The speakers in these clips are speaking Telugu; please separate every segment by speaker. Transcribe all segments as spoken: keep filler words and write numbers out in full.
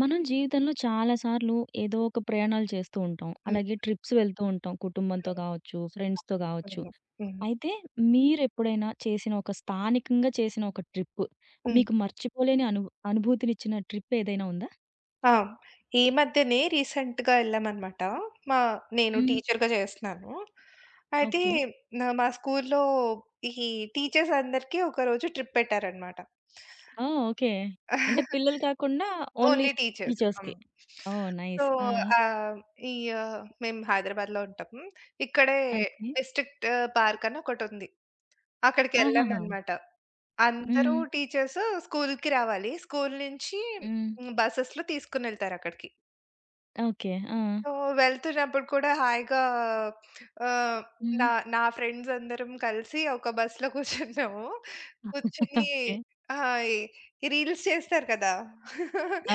Speaker 1: మనం జీవితంలో చాలా సార్లు ఏదో ఒక ప్రయాణాలు చేస్తూ ఉంటాం.
Speaker 2: హ్మ్.
Speaker 1: అలాగే ట్రిప్స్ వెళ్తూ ఉంటాం.
Speaker 2: హ్మ్.
Speaker 1: కుటుంబంతో కావచ్చు, ఫ్రెండ్స్‌తో కావచ్చు.
Speaker 2: అవును. హ్మ్.
Speaker 1: అయితే మీరెప్పుడైనా చేసిన ఒక స్థానికంగా చేసిన ఒక ట్రిప్
Speaker 2: హ్మ్.
Speaker 1: మీకు మర్చిపోలేని అను అనుభూతినిచ్చిన ట్రిప్ ఏదైనా ఉందా?
Speaker 2: ఆ! ఈ మధ్యనే రీసెంట్‌గా ఎళ్ళామనమాట. మా నేను
Speaker 1: హ్మ్.
Speaker 2: టీచర్‌గా చేస్తున్నాను. అయితే
Speaker 1: ఓకే.
Speaker 2: నా మా స్కూల్‌లో ఈ టీచర్స్ అందరికి ఒకరోజు ట్రిప్ పెట్టారనమాట.
Speaker 1: ఆ! ఓకే. అంటే పిల్లలు కాకుండా ఓన్లీ
Speaker 2: ఓన్లీ టీచర్స్. హ్మ్.
Speaker 1: టీచర్స్‌కి. ఓహ్!
Speaker 2: So,
Speaker 1: nice. ఆ!
Speaker 2: ఆహ్, ఈ ఆహ్, మేము హైదరాబాద్‌లో ఉంటాము. ఇక్కడే
Speaker 1: ఓకే.
Speaker 2: డిస్ట్రిక్ట్ పార్క్ అని ఒకటుంది.
Speaker 1: ఆహాహా!
Speaker 2: అక్కడికెళ్ళామనమాట. అందరూ
Speaker 1: హ్మ్.
Speaker 2: టీచర్స్ స్కూల్‌కి రావాలి. స్కూల్ నుంచి
Speaker 1: హ్మ్.
Speaker 2: హ్మ్, బసెస్‌లో తీసుకొనెళ్తారక్కడికి.
Speaker 1: ఓకే. ఆ!
Speaker 2: సో, వెళ్తున్నప్పుడు కూడా హాయిగా ఆహ్,
Speaker 1: హ్మ్.
Speaker 2: నా నా ఫ్రెండ్స్ అందరం కలిసి ఒక బస్‌లో కూర్చున్నాము. కూర్చొని
Speaker 1: ఓకే.
Speaker 2: ఆ! ఈ ఈ రీల్స్ చేస్తారు కదా!
Speaker 1: ఆ!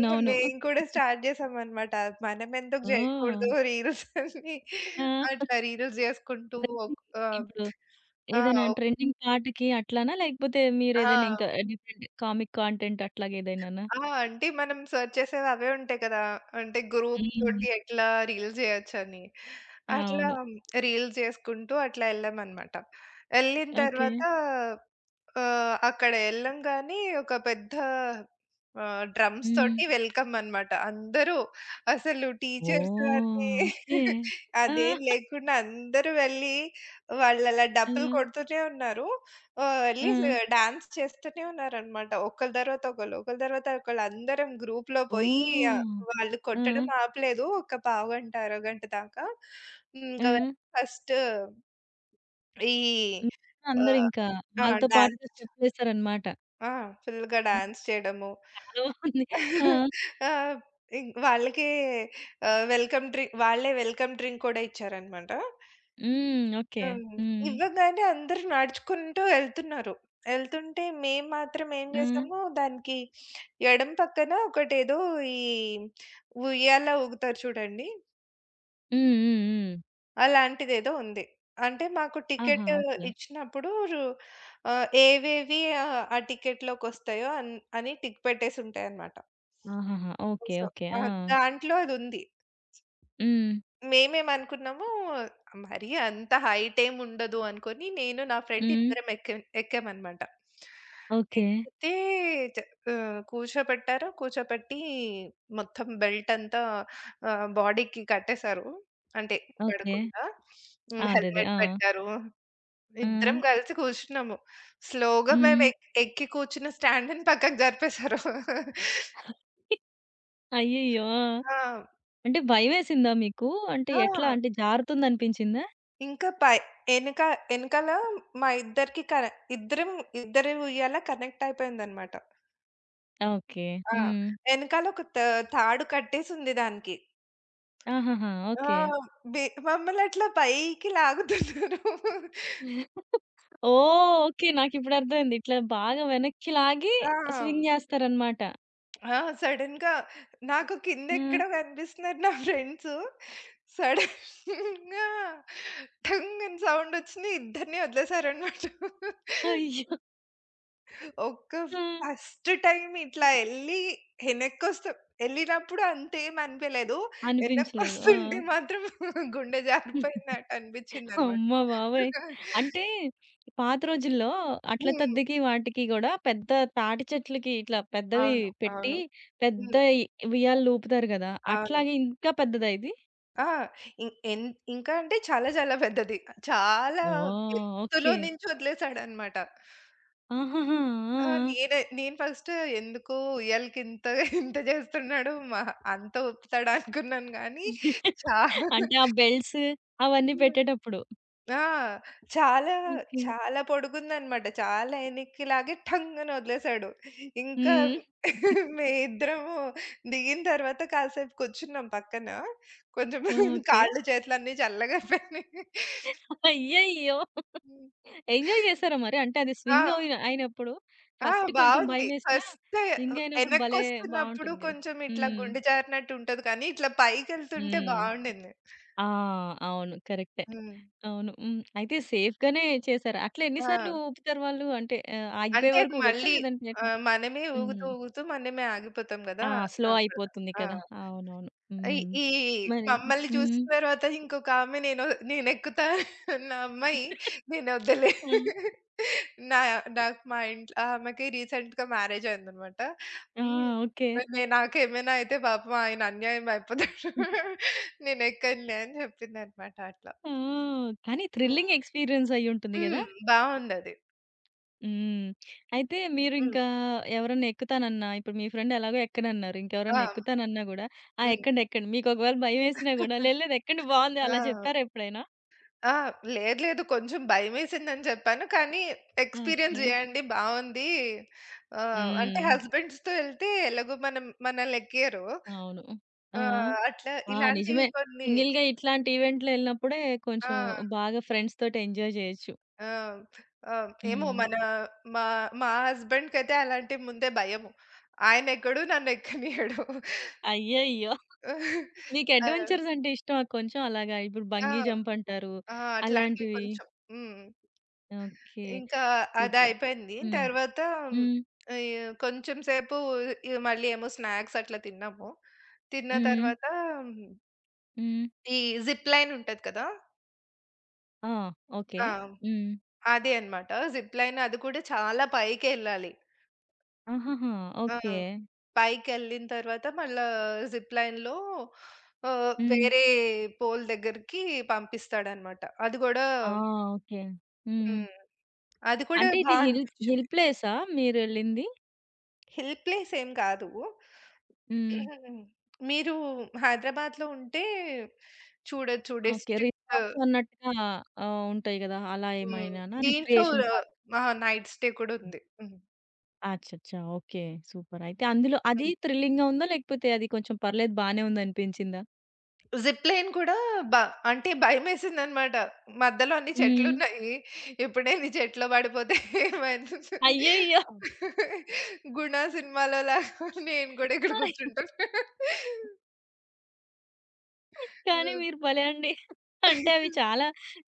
Speaker 2: ఇంక మేము కూడా స్టార్ట్ చేసామనమాట. మనమెందుకు
Speaker 1: ఓహ్!
Speaker 2: జేయకూడదు రీల్స్ అని.
Speaker 1: ఆ!
Speaker 2: అట్లా రీల్స్ జేసుకుంటూ
Speaker 1: ప్రతి
Speaker 2: ఒక్ ఆహ్,
Speaker 1: ఇప్పుడు
Speaker 2: ఆ!
Speaker 1: ఏదైనా
Speaker 2: ఒక్
Speaker 1: ట్రెండింగ్ పాటకి అట్లానా? లేకపోతే మీరేదైనా ఇంకా
Speaker 2: ఆ!
Speaker 1: డిఫరెంట్ కామిక్ కాంటెంట్ అట్లాగేదైనానా?
Speaker 2: ఆ! అంటే మనం సెర్చ్ చేసేవి అవే ఉంటాయి కదా! అంటే గ్రూప్
Speaker 1: హ్మ్.
Speaker 2: తోటి ఎట్లా రీల్స్ చేయొచ్చని. అట్లా
Speaker 1: అవును.
Speaker 2: రీల్స్ చేసుకుంటూ అట్లా వెళ్ళామనమాట. వెళ్ళిన
Speaker 1: ఓకే.
Speaker 2: తర్వాత ఆహ్, అక్కడ ఎళ్ళంగానే ఒక పెద్ద ఆహ్, డ్రమ్స్
Speaker 1: హ్మ్.
Speaker 2: తోటి వెల్కమ్ అనమాట. అందరూ అసలు టీచర్స్
Speaker 1: ఓహ్!
Speaker 2: అని
Speaker 1: ఓకే. ఆ!
Speaker 2: అదేం లేకుండా అందరూ వెళ్ళి వాళ్ళు అలా
Speaker 1: ఆ!
Speaker 2: డప్పులు కొడుతూనే ఉన్నారు. ఓహ్!
Speaker 1: ఆ!
Speaker 2: ఎర్లీస్ డాన్స్ చేస్తూనే ఉన్నారనమాట. ఒకళ్ళ తర్వాత ఒకళ్ళు, ఒకళ్ళ తర్వాత ఒకళ్ళు అందరం గ్రూప్‌లో పోయి ఆహ్,
Speaker 1: ఓహ్!
Speaker 2: వాళ్ళు
Speaker 1: ఆ!
Speaker 2: కొట్టడం ఆపలేదు. ఒక పావుగంట, అరగంట దాకా.
Speaker 1: ఆ!
Speaker 2: ఇంకా ఫస్ట్ ఈ
Speaker 1: హ్మ్.
Speaker 2: ఆహ్,
Speaker 1: అందరింకా
Speaker 2: ఆ!
Speaker 1: వాళ్ళతో
Speaker 2: డాన్స్
Speaker 1: పాటుగా స్టెప్పులేసారనమాట.
Speaker 2: ఆ! ఫుల్‌గా
Speaker 1: ఓహ్!
Speaker 2: డాన్స్ చేయడము.
Speaker 1: చాలా బాగుంది. ఆ!
Speaker 2: ఆ! ఇం వాళ్ళకే ఆహ్, వెల్కమ్ డ్రింక్ వాళ్ళే వెల్కమ్ డ్రింక్ కూడా ఇచ్చారనమాట.
Speaker 1: హ్మ్. ఓకే.
Speaker 2: హ్మ్.
Speaker 1: హ్మ్.
Speaker 2: ఇవ్వగానే అందరూ నడుచుకుంటూ ఎళ్తున్నారు. ఎళ్తుంటే మేము మాత్రం ఏం
Speaker 1: ఆ!
Speaker 2: జేసాము, దానికి ఎడమ పక్కన ఒకటేదో ఈ ఉయ్యాల ఊగుతారు చూడండి,
Speaker 1: హ్మ్. హ్మ్. హ్మ్.
Speaker 2: అలాంటిదేదో ఉంది. అంటే మాకు
Speaker 1: ఆహా!
Speaker 2: Ticket
Speaker 1: okay.
Speaker 2: ఇచ్చినప్పుడు రు ఆహ్, ఏవేవి ఆహ్, ఆ టికెట్‌లోకొస్తాయో అన్ అని టిక్ పెట్టేసుంటాయన్నమాట.
Speaker 1: ఆహాహా! ఓకే.
Speaker 2: So,
Speaker 1: okay.
Speaker 2: ఆ!
Speaker 1: ఆ!
Speaker 2: దాంట్లో అదుంది.
Speaker 1: హ్మ్.
Speaker 2: మేమేమనుకున్నాము మరీ అంత హైట్ ఏమి ఉండదు అనుకోని నేను నా ఫ్రెండ్
Speaker 1: హ్మ్.
Speaker 2: ఇద్దరం ఎక్కా ఎక్కామనమాట.
Speaker 1: ఓకే.
Speaker 2: ఎక్కితే చ ఆహ్, కూర్చోబెట్టారు. కూర్చోబెట్టి మొత్తం బెల్ట్ అంతా ఆహ్, బాడీకి కట్టేశారు. అంటే
Speaker 1: ఓకే.
Speaker 2: పడకుండా.
Speaker 1: ఆ!
Speaker 2: హ్మ్.
Speaker 1: అదే. అదే.
Speaker 2: హెల్మెట్
Speaker 1: ఆ!
Speaker 2: పెట్టారు.
Speaker 1: ఆ!
Speaker 2: ఇద్దరం కలిసి కూర్చున్నాము. స్లోగా మేము
Speaker 1: హ్మ్.
Speaker 2: ఎక్ ఎక్కి కూర్చున్న స్టాండ్‌ని పక్కకు జరిపేశారు.
Speaker 1: అయ్యయ్యో! ఆ!
Speaker 2: ఆ!
Speaker 1: అంటే భయమేసిందా మీకు? అంటే
Speaker 2: ఆ!
Speaker 1: ఎట్లా? అంటే జారుతుందనిపించిందా?
Speaker 2: ఇంకా పై ఎనక ఎనకాల మా ఇద్దరికి కన ఇద్దరం ఇద్దరి ఉయ్యాల కనెక్ట్ అయిపోయిందనమాట.
Speaker 1: ఓకే.
Speaker 2: ఆ!
Speaker 1: హ్మ్.
Speaker 2: ఎనకాల ఒక త తాడు కట్టేసుంది దానికి.
Speaker 1: ఆహాహా!
Speaker 2: ఆ!
Speaker 1: ఓకే.
Speaker 2: బి మమ్మల్నట్లా పైకి లాగుతున్నారు.
Speaker 1: ఓహ్! ఓకే. నాకిప్పుడు అర్థమైంది. ఇట్లా బాగా వెనక్కి లాగి
Speaker 2: ఆ!
Speaker 1: స్వింగ్ జేస్తారనమాట.
Speaker 2: ఆ! సడెన్‌గా నాకు
Speaker 1: ఆ!
Speaker 2: కిందెక్కడో కనిపిస్తున్నారు నా ఫ్రెండ్సు. సడెన్‌గా ఠంగ్ అని సౌండొచ్చింది. ఇద్దరిని వదిలేసారనమాట.
Speaker 1: అయ్యో!
Speaker 2: ఒక్క
Speaker 1: ఆ!
Speaker 2: ఫస్ట్ టైమ్ ఇట్లా ఎళ్ళి ఎనక్కొస్త ఎళ్ళినప్పుడు అంతేం అనిపియలేదు.
Speaker 1: అనిపించలేదు. ఆ!
Speaker 2: ఎనక్కొస్తుంటే మాత్రం గుండె జారిపోయినట్టు అనిపిచ్చిందనమాట.
Speaker 1: అమ్మ బాబోయ్! అంటే పాత రోజుల్లో అట్ల
Speaker 2: హ్మ్.
Speaker 1: తద్దెకి వాటికి గూడా పెద్ద తాటి చెట్లకి ఇట్లా పెద్దవి
Speaker 2: అవును.
Speaker 1: పెట్టి
Speaker 2: అవును.
Speaker 1: పెద్ద
Speaker 2: హ్మ్.
Speaker 1: ఇ ఉయ్యాలలు ఊపుతారు గదా!
Speaker 2: అవును.
Speaker 1: అట్లాగే ఇంకా పెద్దదా ఇది?
Speaker 2: ఆ! ఇం ఎన్ ఇంకా అంటే చాలా చాలా పెద్దది. చాలా
Speaker 1: ఓహ్!
Speaker 2: ఎత్తులో
Speaker 1: ఓకే.
Speaker 2: నుంచి వదిలేసాడనమాట.
Speaker 1: ఆహాహా! ఆ!
Speaker 2: ఆ!
Speaker 1: ఆ!
Speaker 2: నేనే నేను ఫస్ట్ ఎందుకు ఉయ్యాలకింత ఇంత చేస్తున్నాడు మహా అంత ఊపుతాడా అనుకున్నాను గానీ చా
Speaker 1: అంటే ఆ బెల్ట్స్ అవన్నీ
Speaker 2: హ్మ్.
Speaker 1: పెట్టేటప్పుడు.
Speaker 2: ఆ! చాలా,
Speaker 1: ఓకే.
Speaker 2: చాలా పొడుగుందనమాట. చాలా ఎనక్కి లాగి ఠంగున వదిలేసాడు. ఇంకా
Speaker 1: హ్మ్.
Speaker 2: మేమిద్దరము దిగిన తర్వాత కాసేపు కూర్చున్నాం పక్కన. కొంచెం
Speaker 1: ఓకే.
Speaker 2: కాళ్ళు చేతులన్నీ చల్లగయిపోయినాయి.
Speaker 1: అయ్యయ్యో!
Speaker 2: హ్మ్.
Speaker 1: ఎంజాయ్ చేసారా మరి? అంటే అది
Speaker 2: ఆ!
Speaker 1: స్వింగ్ అయి అయినప్పుడు
Speaker 2: ఆ!
Speaker 1: ఫస్ట్ కొంచెం
Speaker 2: బావుంది.
Speaker 1: భయమేసినా
Speaker 2: ఫస్ట్
Speaker 1: స్వింగ్ అయినప్పుడు భలే
Speaker 2: ఎనక్కొస్తున్నప్పుడు
Speaker 1: బావుంటుంది గదా!
Speaker 2: కొంచెం ఇట్లా
Speaker 1: హ్మ్.
Speaker 2: గుండె జారినట్టు ఉంటది కానీ, ఇట్లా పైకెళ్తుంటే
Speaker 1: హ్మ్.
Speaker 2: బావుండింది.
Speaker 1: ఆ! అవును. కరెక్టే.
Speaker 2: హ్మ్.
Speaker 1: అవును. హ్మ్. అయితే సేఫ్‌గానే చేశారు. అట్లా ఎన్ని సార్లు
Speaker 2: ఆ!
Speaker 1: ఊపుతారు వాళ్ళు? అంటే ఆహ్, ఆగిపోయే
Speaker 2: అంటే అది
Speaker 1: వరకు ఊగొచ్చా?
Speaker 2: మళ్ళీ
Speaker 1: లేదంటే ఎట్లా?
Speaker 2: ఆహ్, మనమే ఊగుతూ,
Speaker 1: హ్మ్.
Speaker 2: ఊగుతూ మనమే ఆగిపోతాం గదా!
Speaker 1: ఆ! స్లో
Speaker 2: అప్పటిదాకా.
Speaker 1: అయిపోతుంది
Speaker 2: ఆ!
Speaker 1: కదా! అవునవును.
Speaker 2: ఈ
Speaker 1: హ్మ్.
Speaker 2: ఈ
Speaker 1: మరి
Speaker 2: మమ్మల్ని
Speaker 1: హ్మ్.
Speaker 2: చూసిన తర్వాత ఇంకొకామె నేను నేనెక్కుతా అన్న అమ్మాయి నేనొద్దులే
Speaker 1: హ్మ్.
Speaker 2: నా నాకు మా ఇంట్లో ఆ ఆమెకి రీసెంట్‌గా మ్యారేజ్ అయిందనమాట.
Speaker 1: ఆ!
Speaker 2: హ్మ్.
Speaker 1: ఓకే.
Speaker 2: నే నాకేమైనా అయితే పాపం ఆయన అన్యాయం అయిపోతాడు. నేనెక్కనులే అని చెప్పిందనమాట అట్లా.
Speaker 1: ఆ! కానీ
Speaker 2: హ్మ్.
Speaker 1: థ్రిల్లింగ్ ఎక్స్‌పీరియన్స్ అయ్యుంటుంది గదా!
Speaker 2: హ్మ్. బావుందది.
Speaker 1: హ్మ్. అయితే మీరు
Speaker 2: హ్మ్.
Speaker 1: ఇంకా ఎవరన్నా ఎక్కుతానన్నా ఇప్పుడు మీ ఫ్రెండ్ ఎలాగో ఎక్కనన్నారు.
Speaker 2: ఆ!
Speaker 1: ఇంకెవరన్నా ఎక్కుతానన్నా గూడా, "ఆ!
Speaker 2: హ్మ్.
Speaker 1: ఎక్కండి, ఎక్కండి." మీకు ఒకవేళ భయమేసినా గూడా, "లేదు లేదు ఎక్కండి బావుంది." అలా
Speaker 2: ఆ!
Speaker 1: చెప్పారా ఎప్పుడైనా?
Speaker 2: ఆ! లేదు లేదు, కొంచెం భయమేసిందని చెప్పాను. కానీ ఎక్స్‌పీరియన్స్
Speaker 1: ఓకే.
Speaker 2: జేయండి బావుంది. ఆహ్, అంటే
Speaker 1: హ్మ్.
Speaker 2: హస్బెండ్స్‌తో ఎళ్తే ఎలాగో మనం మనల్నెక్కియ్యరు.
Speaker 1: అవును. ఆ!
Speaker 2: ఆహ్, అట్లా
Speaker 1: ఆ!
Speaker 2: ఇలాంటివి
Speaker 1: నిజమే.
Speaker 2: కొన్ని.
Speaker 1: సింగిల్‌గా ఇట్లాంటి ఈవెంట్‌లో ఎళ్ళినప్పుడే
Speaker 2: ఆ!
Speaker 1: కొంచెం బాగా ఫ్రెండ్స్ తోటి ఎంజాయ్ జేయొచ్చు.
Speaker 2: ఆ! ఆ! ఏమో
Speaker 1: హ్మ్.
Speaker 2: మన మా మా హస్బెండ్‌కైతే అలాంటివి ముందే భయము. ఆయనెక్కడు నన్నెక్కనీయడు.
Speaker 1: అయ్యయ్యో! మీకు
Speaker 2: ఆ!
Speaker 1: అడ్వెంచర్స్ అంటే ఇష్టమా కొంచెం అలాగా? ఇప్పుడు
Speaker 2: ఆ!
Speaker 1: బంగీ జంప్ అంటారు.
Speaker 2: ఆ! అట్లాంటివి
Speaker 1: అలాంటివి.
Speaker 2: కొంచెం. హ్మ్.
Speaker 1: ఓకే.
Speaker 2: ఇంకా
Speaker 1: సూపర్.
Speaker 2: అదయిపోయింది.
Speaker 1: హ్మ్.
Speaker 2: తర్వాత మ్,
Speaker 1: హ్మ్.
Speaker 2: ఈ కొంచెం సేపు ఈ మళ్ళీ ఏమో స్నాక్స్ అట్లా తిన్నాము. తిన్న
Speaker 1: హ్మ్.
Speaker 2: తర్వాత మ్,
Speaker 1: హ్మ్.
Speaker 2: ఈ జిప్ లైన్ ఉంటది కదా!
Speaker 1: ఆ! ఓకే.
Speaker 2: ఆ!
Speaker 1: హ్మ్.
Speaker 2: అదే అన్నమాట. జిప్ లైన్ అది కూడా చాలా పైకెళ్ళాలి.
Speaker 1: ఆహాహా!
Speaker 2: ఆ!
Speaker 1: ఓకే.
Speaker 2: పైకెళ్ళిన తర్వాత మళ్ళా జిప్ లైన్‌లో ఆహ్,
Speaker 1: హ్మ్.
Speaker 2: వేరే పోల్ దగ్గరికి పంపిస్తాడన్నమాట. అది గూడా
Speaker 1: ఆ! ఓకే. హ్మ్.
Speaker 2: హ్మ్. అది కూడా
Speaker 1: అంటే ఇది
Speaker 2: బా
Speaker 1: హిల్ హిల్
Speaker 2: అనిపించింది.
Speaker 1: ప్లేసా మీరెళ్ళింది?
Speaker 2: హిల్ ప్లేస్ ఏం కాదు.
Speaker 1: హ్మ్.
Speaker 2: మీరు హైదరాబాద్‌లో ఉంటే చూడొచ్చు.
Speaker 1: ఓకే.
Speaker 2: డిస్ట్రిక్ట్
Speaker 1: రిసార్ట్స్ అన్నట్టుగా ఆహ్, ఉంటాయి గదా! అలా
Speaker 2: హ్మ్.
Speaker 1: ఏమైనానా?
Speaker 2: దీంట్లో
Speaker 1: రిక్రియేషన్ పార్క్.
Speaker 2: ఆ! నైట్ స్టే కూడా ఉంది. హ్మ్.
Speaker 1: అచ్చచ్చా! ఓకే. సూపర్. అయితే అందులో అది
Speaker 2: హ్మ్.
Speaker 1: థ్రిల్లింగ్‌గా ఉందా? లేకపోతే అది కొంచెం పర్లేదు బానే ఉందనిపించిందా?
Speaker 2: జిప్ లైన్ కూడా బ అంటే భయమేసిందనమాట. మధ్యలో అన్ని
Speaker 1: హ్మ్.
Speaker 2: చెట్లున్నాయి. ఎప్పుడైనా ఈ చెట్లో పడిపోతే ఏమైతుంది?
Speaker 1: అయ్యయ్యో! అవును.
Speaker 2: గుణ సినిమాలో లాగా నేను కూడా ఇక్కడ కూర్చుంటాను.
Speaker 1: కానీ మీరు భలే అండి. అంటే అవి చాలా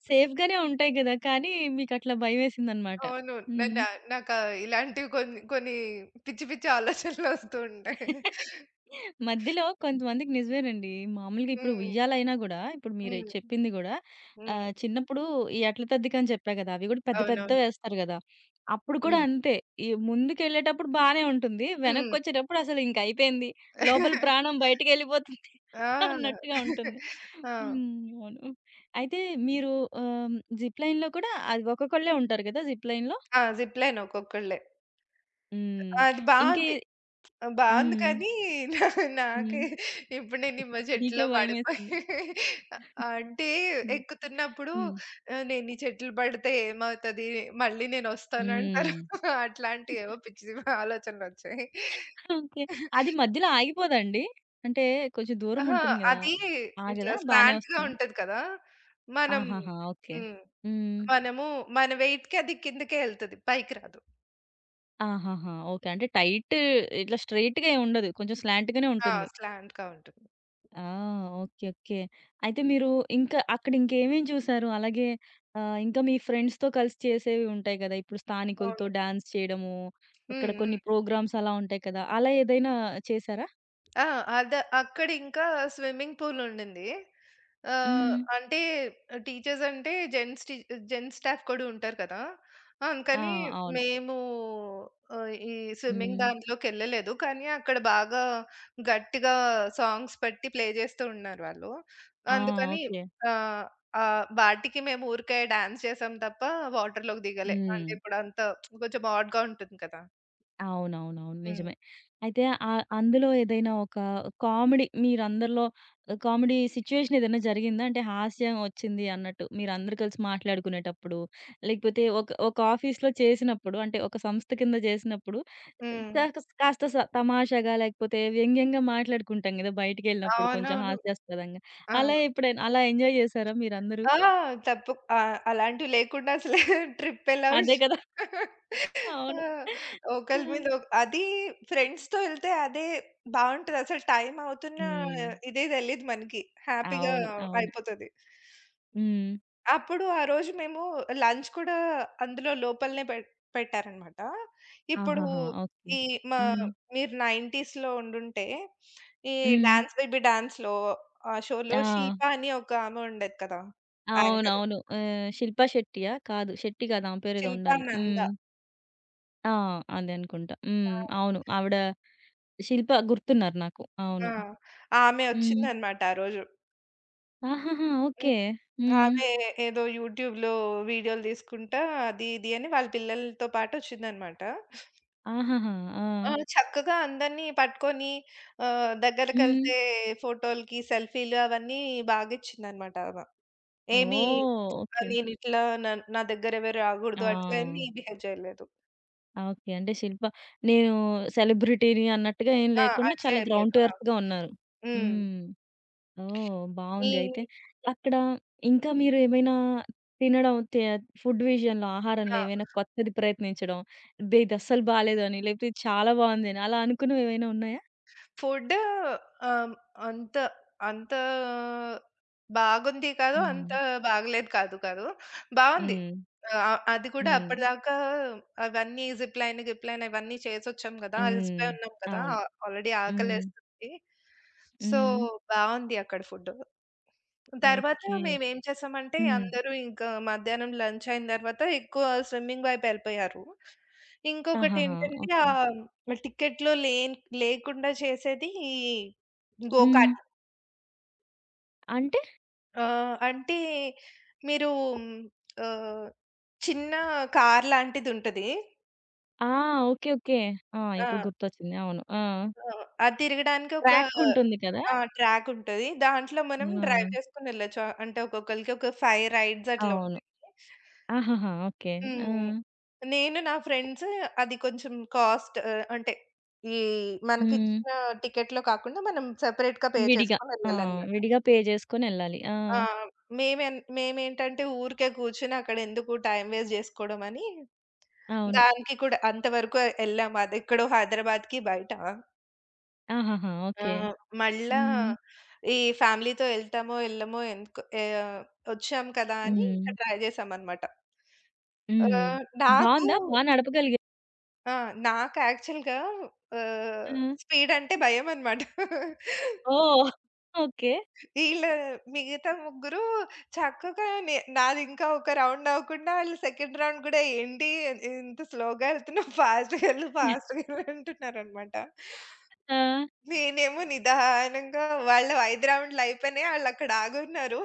Speaker 1: సేఫ్ గానే ఉంటాయి గదా! కానీ మీకట్లా భయమేసిందనమాట.
Speaker 2: అవును. నా
Speaker 1: హ్మ్.
Speaker 2: నా నాకా ఇలాంటివి కొన్ని కొన్ని పిచ్చి పిచ్చి ఆలోచనలు వస్తూ ఉంటాయి.
Speaker 1: మధ్యలో కొంతమందికి నిజమేనండి. మామూలుగా ఇప్పుడు
Speaker 2: హ్మ్.
Speaker 1: ఉయ్యాలైనా గూడా, ఇప్పుడు మీరు
Speaker 2: హ్మ్.
Speaker 1: చెప్పింది గూడా
Speaker 2: హ్మ్.
Speaker 1: ఆహ్, చిన్నప్పుడు ఈ ఎట్ల తద్దికని చెప్పా గదా! అవి గూడా పెద్ద
Speaker 2: అవునవును.
Speaker 1: పెద్దవేస్తారు గదా! అప్పుడు కూడా
Speaker 2: హ్మ్.
Speaker 1: అంతే. ఈ ముందుకెళ్ళేటప్పుడు బానే ఉంటుంది.
Speaker 2: హ్మ్.
Speaker 1: వెనక్కొచ్చేటప్పుడు అసలు ఇంక అయిపోయింది. లోపల ప్రాణం బయటికెళ్ళిపోతుంది
Speaker 2: ఆ!
Speaker 1: అన్నట్టుగా ఉంటుంది.
Speaker 2: ఆ!
Speaker 1: హ్మ్. అవును. అయితే మీరు ఆహ్, జిప్ లైన్‌లో కూడా అది ఒక్కొక్కళ్ళే ఉంటారు గదా! జిప్ లైన్‌లో.
Speaker 2: ఆ! జిప్ లైన్ ఒక్కొక్కళ్ళే.
Speaker 1: హ్మ్.
Speaker 2: అది
Speaker 1: ఇంకే
Speaker 2: బావుంది. బావుంది
Speaker 1: హ్మ్.
Speaker 2: కానీ నా
Speaker 1: హ్మ్.
Speaker 2: నాకే ఇప్పుడు నేను నిమ్మ
Speaker 1: మీకే
Speaker 2: చెట్టులో
Speaker 1: భయమేసింది.
Speaker 2: పడిపోయి అంటే ఎక్కుతున్నప్పుడు
Speaker 1: హ్మ్.
Speaker 2: ఆహ్, నేను ఈ చెట్లు పడితే ఏమవుతది? మళ్ళీ నేనొస్తానంటారు.
Speaker 1: హ్మ్.
Speaker 2: అట్లాంటియేవో పిచ్చి ఆలోచనలొచ్చాయి.
Speaker 1: ఓకే. అది మధ్యలో ఆగిపోదాండి? అంటే కొంచెం దూరం
Speaker 2: అహా!
Speaker 1: ఉంటుంది గదా!
Speaker 2: అది ఇట్లా
Speaker 1: ఆగదా? బానే
Speaker 2: స్లాంట్‌గా
Speaker 1: వస్తుంది.
Speaker 2: ఉంటది కదా! మనం
Speaker 1: ఆహాహా! ఓకే.
Speaker 2: హ్మ్.
Speaker 1: హ్మ్.
Speaker 2: మనము మన వెయిట్‌కి అది కిందకే ఎళ్తది. పైకి రాదు.
Speaker 1: ఆహాహా! ఓకే. అంటే టైట్ ఇట్లా స్ట్రెయిట్‌గా ఏమి ఉండదు. కొంచెం స్లాంట్‌గానే
Speaker 2: ఆ!
Speaker 1: ఉంటుంది.
Speaker 2: స్లాంట్‌గా ఉంటుంది.
Speaker 1: ఆ! ఓకే. ఓకే. అయితే మీరు ఇంకా అక్కడ ఇంకేమేం చూసారు? అలాగే ఆహ్, ఇంకా మీ ఫ్రెండ్స్‌తో కలిసి చేసేవి ఉంటాయి గదా! ఇప్పుడు స్థానికులతో
Speaker 2: అవును.
Speaker 1: డాన్స్ చేయడము, అక్కడ
Speaker 2: హ్మ్. హ్మ్.
Speaker 1: కొన్ని ప్రోగ్రామ్స్ అలా ఉంటాయి కదా! అలా ఏదైనా చేసారా?
Speaker 2: ఆ! అద అక్కడింకా స్విమ్మింగ్ పూలుండింది. ఆహ్,
Speaker 1: హ్మ్.
Speaker 2: అంటే టీచర్స్ అంటే జెంట్స్ టీ జెంట్స్ స్టాఫ్ కూడా ఉంటారు కదా!
Speaker 1: ఆ!
Speaker 2: అందుకని
Speaker 1: అవును.
Speaker 2: మేము ఆహ్, ఈ స్విమ్మింగ్
Speaker 1: హ్మ్.
Speaker 2: దాంట్లోకెళ్ళలేదు. కానీ అక్కడ బాగా గట్టిగా సాంగ్స్ పెట్టి ప్లే చేస్తూ ఉన్నారు వాళ్ళు.
Speaker 1: ఆ!
Speaker 2: అందుకని
Speaker 1: ఓకే.
Speaker 2: ఆహ్, ఆహ్, వాటికి మేము ఊరికే డాన్స్ చేసాం తప్ప వాటర్‌లోకి దిగలే.
Speaker 1: హ్మ్.
Speaker 2: అంటే ఇప్పుడంత కొంచెం హాట్‌గా ఉంటుంది కదా!
Speaker 1: అవునవునవును.
Speaker 2: హ్మ్.
Speaker 1: నిజమే. అయితే ఆహ్, అందులో ఏదైనా ఒక కామెడీ మీరందరిలో కామెడీ సిట్యుయేషన్ ఏదైనా జరిగిందా? అంటే హాస్యం వచ్చింది అన్నట్టు మీరందరూ కలిసి మాట్లాడుకునేటప్పుడు, లేకపోతే ఒక ఒక ఆఫీస్‌లో చేసినప్పుడు అంటే ఒక సంస్థ కింద చేసినప్పుడు
Speaker 2: హ్మ్.
Speaker 1: కాక కాస్త స తమాషాగా లేకపోతే వ్యంగ్యంగా మాట్లాడుకుంటాం గదా! బయటికెళ్ళినప్పుడు కొంచెం
Speaker 2: అవునవును.
Speaker 1: హాస్యాస్పదంగా.
Speaker 2: ఆ!
Speaker 1: అలా ఎప్పుడైనా అలా ఎంజాయ్ చేసారా మీరందరూ?
Speaker 2: ఆ! తప్పు ఆహ్, అలాంటివి లేకుండా అసలు ట్రిప్ ఎలా
Speaker 1: అదే
Speaker 2: ఉంటది.
Speaker 1: కదా!
Speaker 2: ఆ!
Speaker 1: అవును.
Speaker 2: ఒకళ్ళ
Speaker 1: హ్మ్.
Speaker 2: మీద ఒక అది ఫ్రెండ్స్‌తో ఎళ్తే అదే బావుంటది. అసలు టైం అవుతున్న
Speaker 1: హ్మ్.
Speaker 2: ఇదే తెలీదు మనకి. హ్యాపీగా
Speaker 1: అవును. అవును.
Speaker 2: అయిపోతది.
Speaker 1: హ్మ్.
Speaker 2: అప్పుడు ఆ రోజు మేము లంచ్ కూడా అందులో లోపలనే పెట్ పెట్టారనమాట. ఇప్పుడు
Speaker 1: ఆహాహా! ఓకే.
Speaker 2: ఈ మా
Speaker 1: హ్మ్.
Speaker 2: మీరు 90స్‌లో ఉండుంటే ఈ
Speaker 1: హ్మ్.
Speaker 2: 'డాన్స్ బేబీ డాన్స్‌లో' ఆ షోలో
Speaker 1: ఆ!
Speaker 2: శిల్పా అని ఒక ఆమె ఉండేది కదా! యాంకర్.
Speaker 1: అవునవును. ఆహ్, శిల్పా శెట్టియా? కాదు. శెట్టి కాదు. ఆమె పేరేదో
Speaker 2: శిల్పా
Speaker 1: ఉండాలి.
Speaker 2: నంద.
Speaker 1: హ్మ్. ఆ! అదే అనుకుంటా.
Speaker 2: ఆ!
Speaker 1: హ్మ్. అవును. ఆవిడ శిల్ప గుర్తున్నారు నాకు. అవును.
Speaker 2: ఆ! ఆమె
Speaker 1: హ్మ్.
Speaker 2: ఒచ్చిందనమాట ఆ రోజు.
Speaker 1: ఆహాహా!
Speaker 2: హ్మ్.
Speaker 1: ఓకే. హ్మ్.
Speaker 2: ఆమె ఏదో యూట్యూబ్‌లో వీడియోలు తీసుకుంటా అది, ఇది అని వాళ్ళ పిల్లలతో పాటొచ్చిందనమాట.
Speaker 1: ఆహాహా! ఆ!
Speaker 2: ఆ! చక్కగా అందరిని పట్టుకొని ఆహ్,
Speaker 1: హ్మ్.
Speaker 2: దగ్గరకెళ్తే ఫోటోలకి, సెల్ఫీలు అవన్నీ బాగిచ్చిందనమాట ఆమె. ఏమి
Speaker 1: ఓహ్!
Speaker 2: ఆహ్,
Speaker 1: ఓకే.
Speaker 2: నేనిట్లా నా నా దగ్గరెవరు రాగూడదు అట్లా ఏమి
Speaker 1: ఆ!
Speaker 2: బిహేవ్ చేయలేదు.
Speaker 1: ఓకే. అంటే శిల్ప నేను సెలబ్రిటీని అన్నట్టుగా ఏం
Speaker 2: ఆ!
Speaker 1: లేకుండా
Speaker 2: అట్లా
Speaker 1: చాలా
Speaker 2: ఏం
Speaker 1: గ్రౌండ్
Speaker 2: లేదు.
Speaker 1: టు
Speaker 2: ఆ!
Speaker 1: ఎర్త్‌గా ఉన్నారు.
Speaker 2: హ్మ్.
Speaker 1: హ్మ్. ఓహ్!
Speaker 2: ఈ
Speaker 1: బావుంది. అయితే అక్కడ ఇంకా మీరు ఏమైనా తినడం తే ఫుడ్ విషయంలో, ఆహారంలో
Speaker 2: ఆ!
Speaker 1: ఏమైనా కొత్తది ప్రయత్నించడం, అబ్బే! ఇది అస్సలు బాలేదని, లేకపోతే ఇది చాలా బావుందని అలా అనుకున్నవి ఏమైనా ఉన్నాయా?
Speaker 2: ఫుడ్ ఆహ్, అంత అంత బాగుంది కాదు.
Speaker 1: హ్మ్.
Speaker 2: అంత బాగలేదు కాదు కాదు. బావుంది.
Speaker 1: హ్మ్.
Speaker 2: ఆహ్, అది కూడా
Speaker 1: హ్మ్.
Speaker 2: అప్పటిదాకా అవన్నీ జిప్ లైన్, గిప్ లైన్ అవన్నీ చేసొచ్చాం కదా!
Speaker 1: హ్మ్.
Speaker 2: అలిసిపోయి ఉన్నాం కదా!
Speaker 1: అవును.
Speaker 2: ఆల్రెడీ
Speaker 1: హ్మ్.
Speaker 2: ఆకలేస్తుంది. సో,
Speaker 1: హ్మ్.
Speaker 2: బావుంది అక్కడ ఫుడ్. తర్వాత
Speaker 1: ఓకే.
Speaker 2: మేమేం చేసామంటే
Speaker 1: హ్మ్.
Speaker 2: అందరూ ఇంకా మధ్యాహ్నం లంచ్ అయిన తర్వాత ఎక్కువ స్విమ్మింగ్ వైపు వెళ్ళిపోయారు.
Speaker 1: ఆహాహా!
Speaker 2: ఇంకొకటేంటంటే
Speaker 1: ఓకే.
Speaker 2: ఆహ్, టికెట్‌లో లేన్ లేకుండా చేసేది ఈ గో
Speaker 1: హ్మ్.
Speaker 2: కార్ట్.
Speaker 1: అంటే
Speaker 2: ఆహ్, అంటే మీరు ఆహ్, చిన్న కార్ లాంటిదుంటది.
Speaker 1: ఆ! ఓకే. ఓకే. ఆ!
Speaker 2: ఆ!
Speaker 1: ఇప్పుడు గుర్తొచ్చింది. అవును. ఆ!
Speaker 2: ఆ! అది తిరగడానికి ఒక
Speaker 1: ట్రాక్ ఉంటుంది కదా!
Speaker 2: ఆ! ట్రాక్ ఉంటది. దాంట్లో మనం డ్రైవ్
Speaker 1: ఆ!
Speaker 2: చేసుకొని వెళ్ళొచ్చు. అంటే ఒక్కొక్కళ్ళకి ఒక ఐదు రైడ్స్ అట్లా
Speaker 1: అవును.
Speaker 2: ఉంటాయి.
Speaker 1: ఆహాహా! ఓకే. ఆ!
Speaker 2: హ్మ్. నేను, నా ఫ్రెండ్స్ అది కొంచెం కాస్ట్ ఆహ్, అంటే ఈ
Speaker 1: హ్మ్.
Speaker 2: మనకిచ్చిన టికెట్‌లో కాకుండా మనం సెపరేట్‌గా పే
Speaker 1: విడిగా.
Speaker 2: చేసుకొని
Speaker 1: ఆ!
Speaker 2: వెళ్ళాలనమాట.
Speaker 1: విడిగా పే జేసుకొనెళ్ళాలి. ఆ!
Speaker 2: ఆ! మేమెన్ మేమేంటంటే ఊరికే కూర్చొని అక్కడెందుకు టైమ్ వేస్ట్ జేసుకోవడం అని
Speaker 1: అవును.
Speaker 2: దానికి కూడా అంతవరకు ఎళ్ళాము. అదెక్కడో హైదరాబాద్‌కి బయట.
Speaker 1: ఆహాహా!
Speaker 2: ఆ!
Speaker 1: ఓకే.
Speaker 2: మళ్ళా
Speaker 1: హ్మ్.
Speaker 2: ఈ ఫ్యామిలీతో ఎళ్తామో, ఎళ్ళమో ఎందుకు ఆహ్, వచ్చాం కదా! అని ఇంకా
Speaker 1: హ్మ్.
Speaker 2: ట్రై జేశామనమాట.
Speaker 1: హ్మ్.
Speaker 2: ఆహ్, నాకు
Speaker 1: బావుందా? బా నడపగలిగా
Speaker 2: ఆ! నాకు యాక్చువల్‌గా
Speaker 1: ఆ!
Speaker 2: ఆహ్, స్పీడ్ అంటే భయమనమాట.
Speaker 1: ఓహ్! ఓకే.
Speaker 2: ఈళ్ళ మిగతా ముగ్గురు చక్కగా నే నాది ఇంకా ఒక రౌండ్ అవ్వకుండా ఆళ్ళు సెకండ్ రౌండ్ గూడా ఏంటి ఇంత స్లోగా ఎళ్తున్నావు ఫాస్ట్‌గా ఎళ్ళు, ఫాస్ట్‌గా ఎళ్ళు అంటున్నారనమాట.
Speaker 1: ఆ!
Speaker 2: నేనేమో నిదానంగా వాళ్ళవి ఐదు రౌండ్‌లు అయిపోయినాయి. ఆళ్ళక్కడ ఆగున్నారు.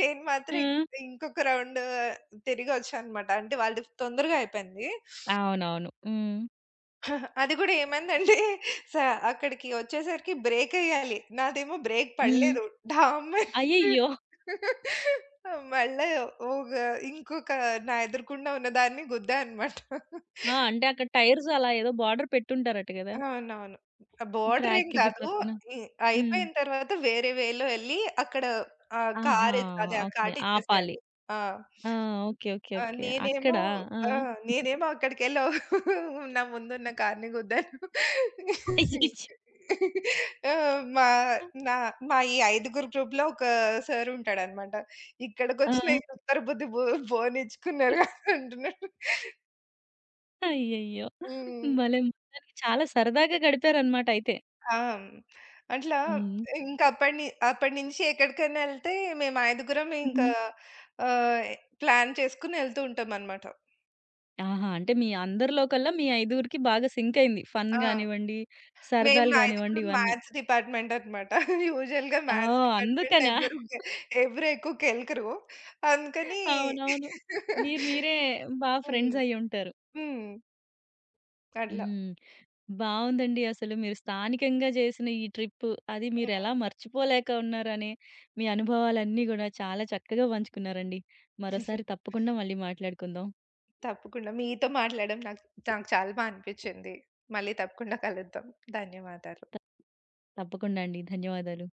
Speaker 2: నేను
Speaker 1: ఆ!
Speaker 2: మాత్రం ఇంకొక రౌండ్ తిరిగొచ్చాననమాట. అంటే వాళ్ళది తొందరగా అయిపోయింది.
Speaker 1: అవునవును. హ్మ్.
Speaker 2: అది గూడా ఏమైందంటే స అక్కడికి వచ్చేసరికి బ్రేకెయ్యాలి. నాదేమో బ్రేక్
Speaker 1: హ్మ్.
Speaker 2: పడలేదు. ఢామని
Speaker 1: అయ్యయ్యో!
Speaker 2: మళ్ళా ఒగ ఇంకొక నా ఎదురుగుండా ఉన్నదాన్ని గుద్దా అనమాట.
Speaker 1: ఆ! అంటే అక్కడ టైర్స్ అలా ఏదో బోర్డర్ పెట్టుంటారట గదా!
Speaker 2: అవునవును. బోర్డర్ ఏం
Speaker 1: ట్రాక్‌కి
Speaker 2: కాదు.
Speaker 1: పక్కన.
Speaker 2: ఇ
Speaker 1: హ్మ్.
Speaker 2: అయిపోయిన తర్వాత వేరే వేలో ఎళ్లి అక్కడ ఆహ్,
Speaker 1: ఆహా!
Speaker 2: కారు అదే ఆ
Speaker 1: ఓకే.
Speaker 2: కార్ట్
Speaker 1: ఆపాలి.
Speaker 2: ఇచ్చేసేయాలి. ఆ!
Speaker 1: ఆ! ఓకే. ఓకే.
Speaker 2: ఆ!
Speaker 1: ఓకే.
Speaker 2: నేనేమో
Speaker 1: అక్కడా? ఆ!
Speaker 2: ఆ! నేనేమో అక్కడికెళ్ళి నా ముందున్న కార్‌ని గుద్దాను.
Speaker 1: అయ్యయ్యో!
Speaker 2: ఆ! మా నా మా ఈ ఐదుగురు గ్రూప్‌లో ఒక సార్ ఉంటాడనమాట.
Speaker 1: ఆ!
Speaker 2: ఇక్కడికొచ్చిన
Speaker 1: ఆ!
Speaker 2: ఈ తుత్తర బుద్ధి బో బోనిచ్చుకున్నారు అంటున్నాడు.
Speaker 1: అయ్యయ్యో!
Speaker 2: హ్మ్.
Speaker 1: భలే మొత్తానికి చాలా సరదాగా గడిపారన్నమాట అయితే.
Speaker 2: ఆ! అట్లా
Speaker 1: హ్మ్.
Speaker 2: ఇంకా అప్పటి ని అప్పటి నుంచి ఎక్కడికైనా ఎళ్తే మేము ఐదుగురం ఇంకా
Speaker 1: హ్మ్.
Speaker 2: ఆహ్, ప్లాన్ చేసుకొని ఎళ్తూ ఉంటామనమాట.
Speaker 1: ఆహా! అంటే మీ అందరిలో కల్లా మీ ఐదుగురికి బాగా సింక్ అయింది. ఫన్
Speaker 2: ఆ!
Speaker 1: గానివ్వండి,
Speaker 2: మేము
Speaker 1: సరదాలు గానివ్వండి
Speaker 2: ఐదుగురం
Speaker 1: ఇవన్నీ.
Speaker 2: మ్యాథ్స్ డిపార్ట్‌మెంట్ అన్నమాట. యూజువల్‌గా
Speaker 1: ఆ!
Speaker 2: మ్యాథ్స్ డిపార్ట్‌మెంట్‌లో
Speaker 1: అందుకనా?
Speaker 2: ఎవ్వరు ఎవరు ఎక్కువ కెలకరు. అందుకని
Speaker 1: అవునవును. మీరు మీరే బా
Speaker 2: హ్మ్.
Speaker 1: ఫ్రెండ్స్ అయ్యుంటారు.
Speaker 2: హ్మ్. అట్లా.
Speaker 1: హ్మ్. బావుందండి. అసలు మీరు స్థానికంగా చేసిన ఈ ట్రిప్పు, అది మీరెలా
Speaker 2: హ్మ్.
Speaker 1: మర్చిపోలేక ఉన్నారనే మీ అనుభవాలన్నీ గూడా చాలా చక్కగా పంచుకున్నారండి. మరోసారి తప్పకుండా మళ్ళీ మాట్లాడుకుందాం.
Speaker 2: తప్పకుండా. మీతో మాట్లాడడం నాకు నాకు చాలా బా అనిపించింది. మళ్ళీ తప్పకుండా కలుద్దాం. ధన్యవాదాలు.
Speaker 1: తప్పకుండా అండి. ధన్యవాదాలు.